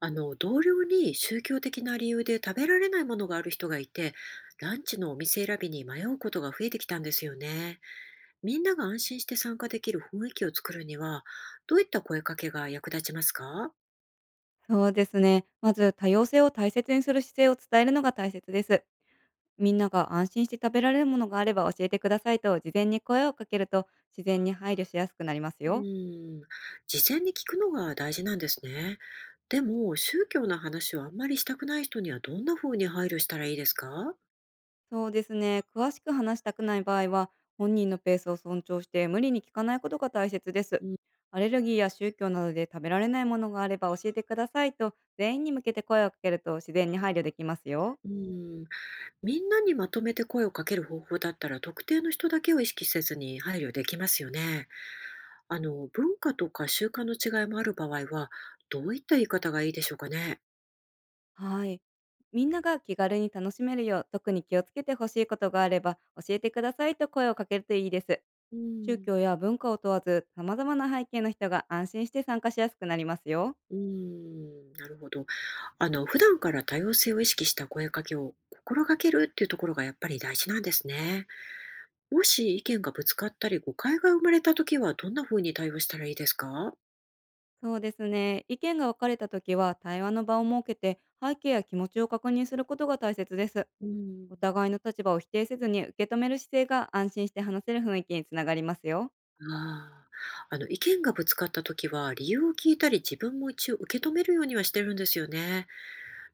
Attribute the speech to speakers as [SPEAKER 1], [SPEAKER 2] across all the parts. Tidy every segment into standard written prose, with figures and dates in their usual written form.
[SPEAKER 1] あの、同僚に宗教的な理由で食べられないものがある人がいて、ランチのお店選びに迷うことが増えてきたんですよね。みんなが安心して参加できる雰囲気を作るには、どういった声かけが役立ちますか？
[SPEAKER 2] そうですね。まず多様性を大切にする姿勢を伝えるのが大切です。みんなが安心して食べられるものがあれば教えてくださいと事前に声をかけると、自然に配慮しやすくなります
[SPEAKER 1] う
[SPEAKER 2] よ。
[SPEAKER 1] ん、事前に聞くのが大事なんですね。でも、宗教の話をあんまりしたくない人にはどんな風に配慮したらいいですか？
[SPEAKER 2] そうですね。詳しく話したくない場合は、本人のペースを尊重して無理に聞かないことが大切です。
[SPEAKER 1] うん、
[SPEAKER 2] アレルギーや宗教などで食べられないものがあれば教えてくださいと全員に向けて声をかけると、自然に配慮できますよ。
[SPEAKER 1] うん。みんなにまとめて声をかける方法だったら、特定の人だけを意識せずに配慮できますよね。あの、文化とか習慣の違いもある場合は、どういった言い方がいいでしょうかね。
[SPEAKER 2] はい。みんなが気軽に楽しめるよう、特に気をつけてほしいことがあれば、教えてくださいと声をかけるといいです。
[SPEAKER 1] う
[SPEAKER 2] 宗
[SPEAKER 1] ん、
[SPEAKER 2] 教や文化を問わず、様々な背景の人が安心して参加しやすくなりますよ。
[SPEAKER 1] うーん、なるほど。あの、普段から多様性を意識した声かけを心がけるっていうところがやっぱり大事なんですね。もし意見がぶつかったり誤解が生まれた時はどんな風に対応したらいいですか？
[SPEAKER 2] そうですね。意見が分かれた時は、対話の場を設けて、背景や気持ちを確認することが大切です。
[SPEAKER 1] うん、
[SPEAKER 2] お互いの立場を否定せずに受け止める姿勢が、安心して話せる雰囲気につながりますよ。
[SPEAKER 1] ああ、あの、意見がぶつかった時は理由を聞いたり自分も一応受け止めるようにはしてるんですよね。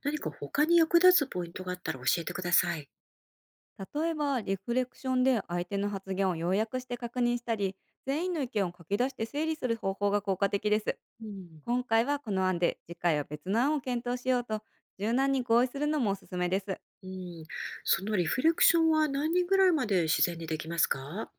[SPEAKER 1] 何か他に役立つポイントがあったら教えてください。
[SPEAKER 2] 例えば、リフレクションで相手の発言を要約して確認したり、全員の意見を書き出して整理する方法が効果的です。
[SPEAKER 1] うん。
[SPEAKER 2] 今回はこの案で、次回は別の案を検討しようと柔軟に合意するのもおすすめです。
[SPEAKER 1] うん、そのリフレクションは何人ぐらいまで自然にできますか？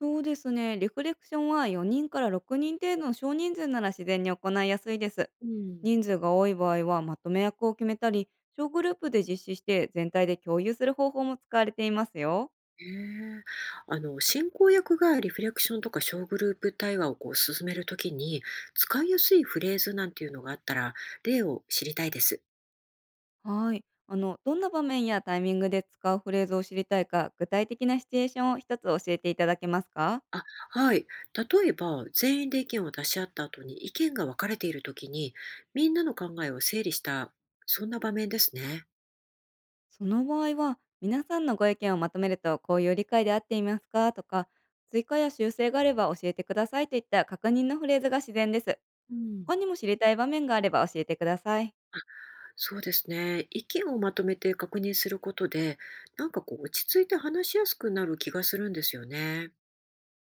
[SPEAKER 2] そうですね、リフレクションは4人から6人程度の少人数なら自然に行いやすいです。
[SPEAKER 1] うん。
[SPEAKER 2] 人数が多い場合は、まとめ役を決めたり、小グループで実施して全体で共有する方法も使われていますよ。
[SPEAKER 1] ええ、あの進行役がリフレクションとか小グループ対話をこう進めるときに、使いやすいフレーズなんていうのがあったら、例を知りたいです。
[SPEAKER 2] はい。どんな場面やタイミングで使うフレーズを知りたいか、具体的なシチュエーションを一つ教えていただけますか？
[SPEAKER 1] あ、はい。例えば、全員で意見を出し合った後に意見が分かれているときに、みんなの考えを整理した、そんな場面ですね。
[SPEAKER 2] その場合は、皆さんのご意見をまとめると、こういう理解で合っていますかとか、追加や修正があれば教えてくださいといった確認のフレーズが自然です。
[SPEAKER 1] うん、
[SPEAKER 2] 他にも知りたい場面があれば教えてください。
[SPEAKER 1] そうですね。意見をまとめて確認することで、なんかこう落ち着いて話しやすくなる気がするんですよね。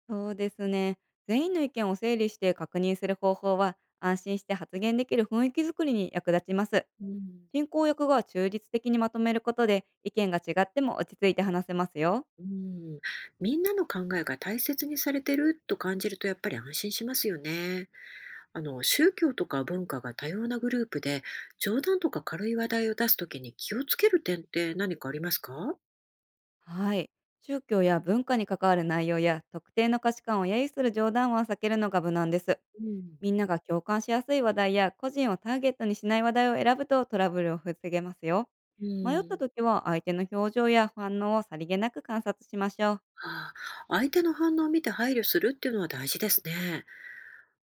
[SPEAKER 2] そうですね。全員の意見を整理して確認する方法は、安心して発言できる雰囲気づくりに役立ちます。
[SPEAKER 1] うん、
[SPEAKER 2] 進行役が中立的にまとめることで、意見が違っても落ち着いて話せますよ。
[SPEAKER 1] うん。みんなの考えが大切にされてると感じるとやっぱり安心しますよね。あの、宗教とか文化が多様なグループで、冗談とか軽い話題を出すときに気をつける点って何かありますか？
[SPEAKER 2] はい。宗教や文化に関わる内容や、特定の価値観を揶揄する冗談は避けるのが無難です。
[SPEAKER 1] うん、
[SPEAKER 2] みんなが共感しやすい話題や、個人をターゲットにしない話題を選ぶと、トラブルを防げますよ。
[SPEAKER 1] う
[SPEAKER 2] 迷った
[SPEAKER 1] ん。
[SPEAKER 2] 時は相手の表情や反応をさりげなく観察しましょう。
[SPEAKER 1] ああ、相手の反応を見て配慮するっていうのは大事ですね。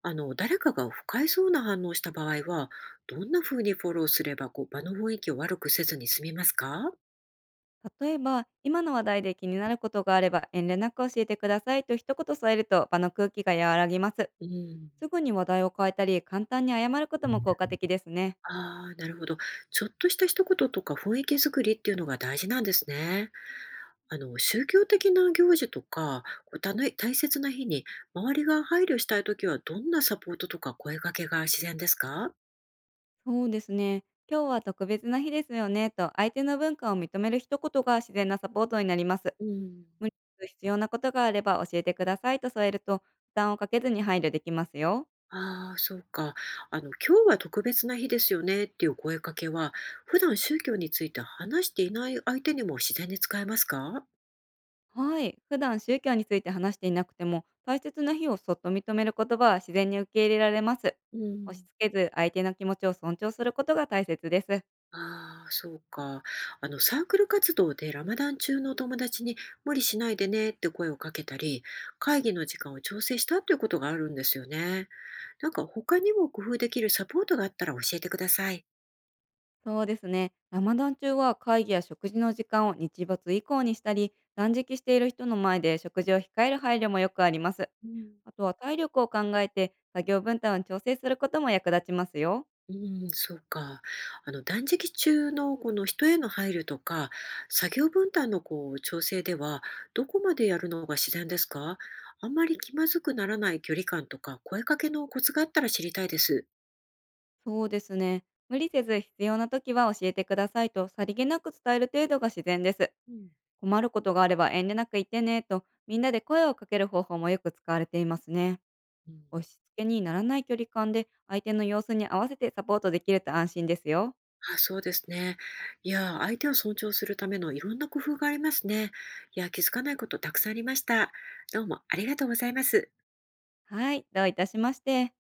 [SPEAKER 1] あの、誰かが不快そうな反応した場合は、どんな風にフォローすれば、こう、場の雰囲気を悪くせずに済みますか？
[SPEAKER 2] 例えば、今の話題で気になることがあれば遠慮なく教えてくださいと一言添えると、場の空気が和らぎます。
[SPEAKER 1] うん。
[SPEAKER 2] すぐに話題を変えたり、簡単に謝ることも効果的ですね。
[SPEAKER 1] ああ、なるほど。ちょっとした一言とか雰囲気作りっていうのが大事なんですね。あの、宗教的な行事とか、こうたの大切な日に、周りが配慮したいときは、どんなサポートとか声かけが自然ですか？
[SPEAKER 2] そうですね。今日は特別な日ですよね、と相手の文化を認める一言が自然なサポートになります。
[SPEAKER 1] うん。
[SPEAKER 2] 無理なく必要なことがあれば教えてくださいと添えると、負担をかけずに配慮できますよ。
[SPEAKER 1] ああ、そうか。あの、今日は特別な日ですよねっていう声かけは、普段宗教について話していない相手にも自然に使えますか？
[SPEAKER 2] はい。普段宗教について話していなくても、大切な日をそっと認める言葉は自然に受け入れられます。
[SPEAKER 1] う
[SPEAKER 2] 押し
[SPEAKER 1] ん、
[SPEAKER 2] 付けず、相手の気持ちを尊重することが大切です。
[SPEAKER 1] ああ、そうか。あの、サークル活動でラマダン中の友達に無理しないでねって声をかけたり、会議の時間を調整したということがあるんですよね。なんか他にも工夫できるサポートがあったら教えてください。
[SPEAKER 2] そうですね。ラマダン中は会議や食事の時間を日没以降にしたり、断食している人の前で食事を控える配慮もよくあります。
[SPEAKER 1] うん、
[SPEAKER 2] あとは体力を考えて作業分担を調整することも役立ちますよ。
[SPEAKER 1] うん、そうか。あの断食中のこの人への配慮とか、作業分担のこう調整では、どこまでやるのが自然ですか？あんまり気まずくならない距離感とか、声かけのコツがあったら知りたいです。
[SPEAKER 2] そうですね。無理せず必要な時は教えてくださいと、さりげなく伝える程度が自然です。
[SPEAKER 1] うん、
[SPEAKER 2] 困ることがあれば遠慮なく言ってねと、みんなで声をかける方法もよく使われていますね。
[SPEAKER 1] うん、
[SPEAKER 2] 押し付けにならない距離感で、相手の様子に合わせてサポートできると安心ですよ。
[SPEAKER 1] あ、そうですね。いや、相手を尊重するためのいろんな工夫がありますね。いや、気づかないことたくさんありました。どうもありがとうございます。
[SPEAKER 2] はい、どういたしまして。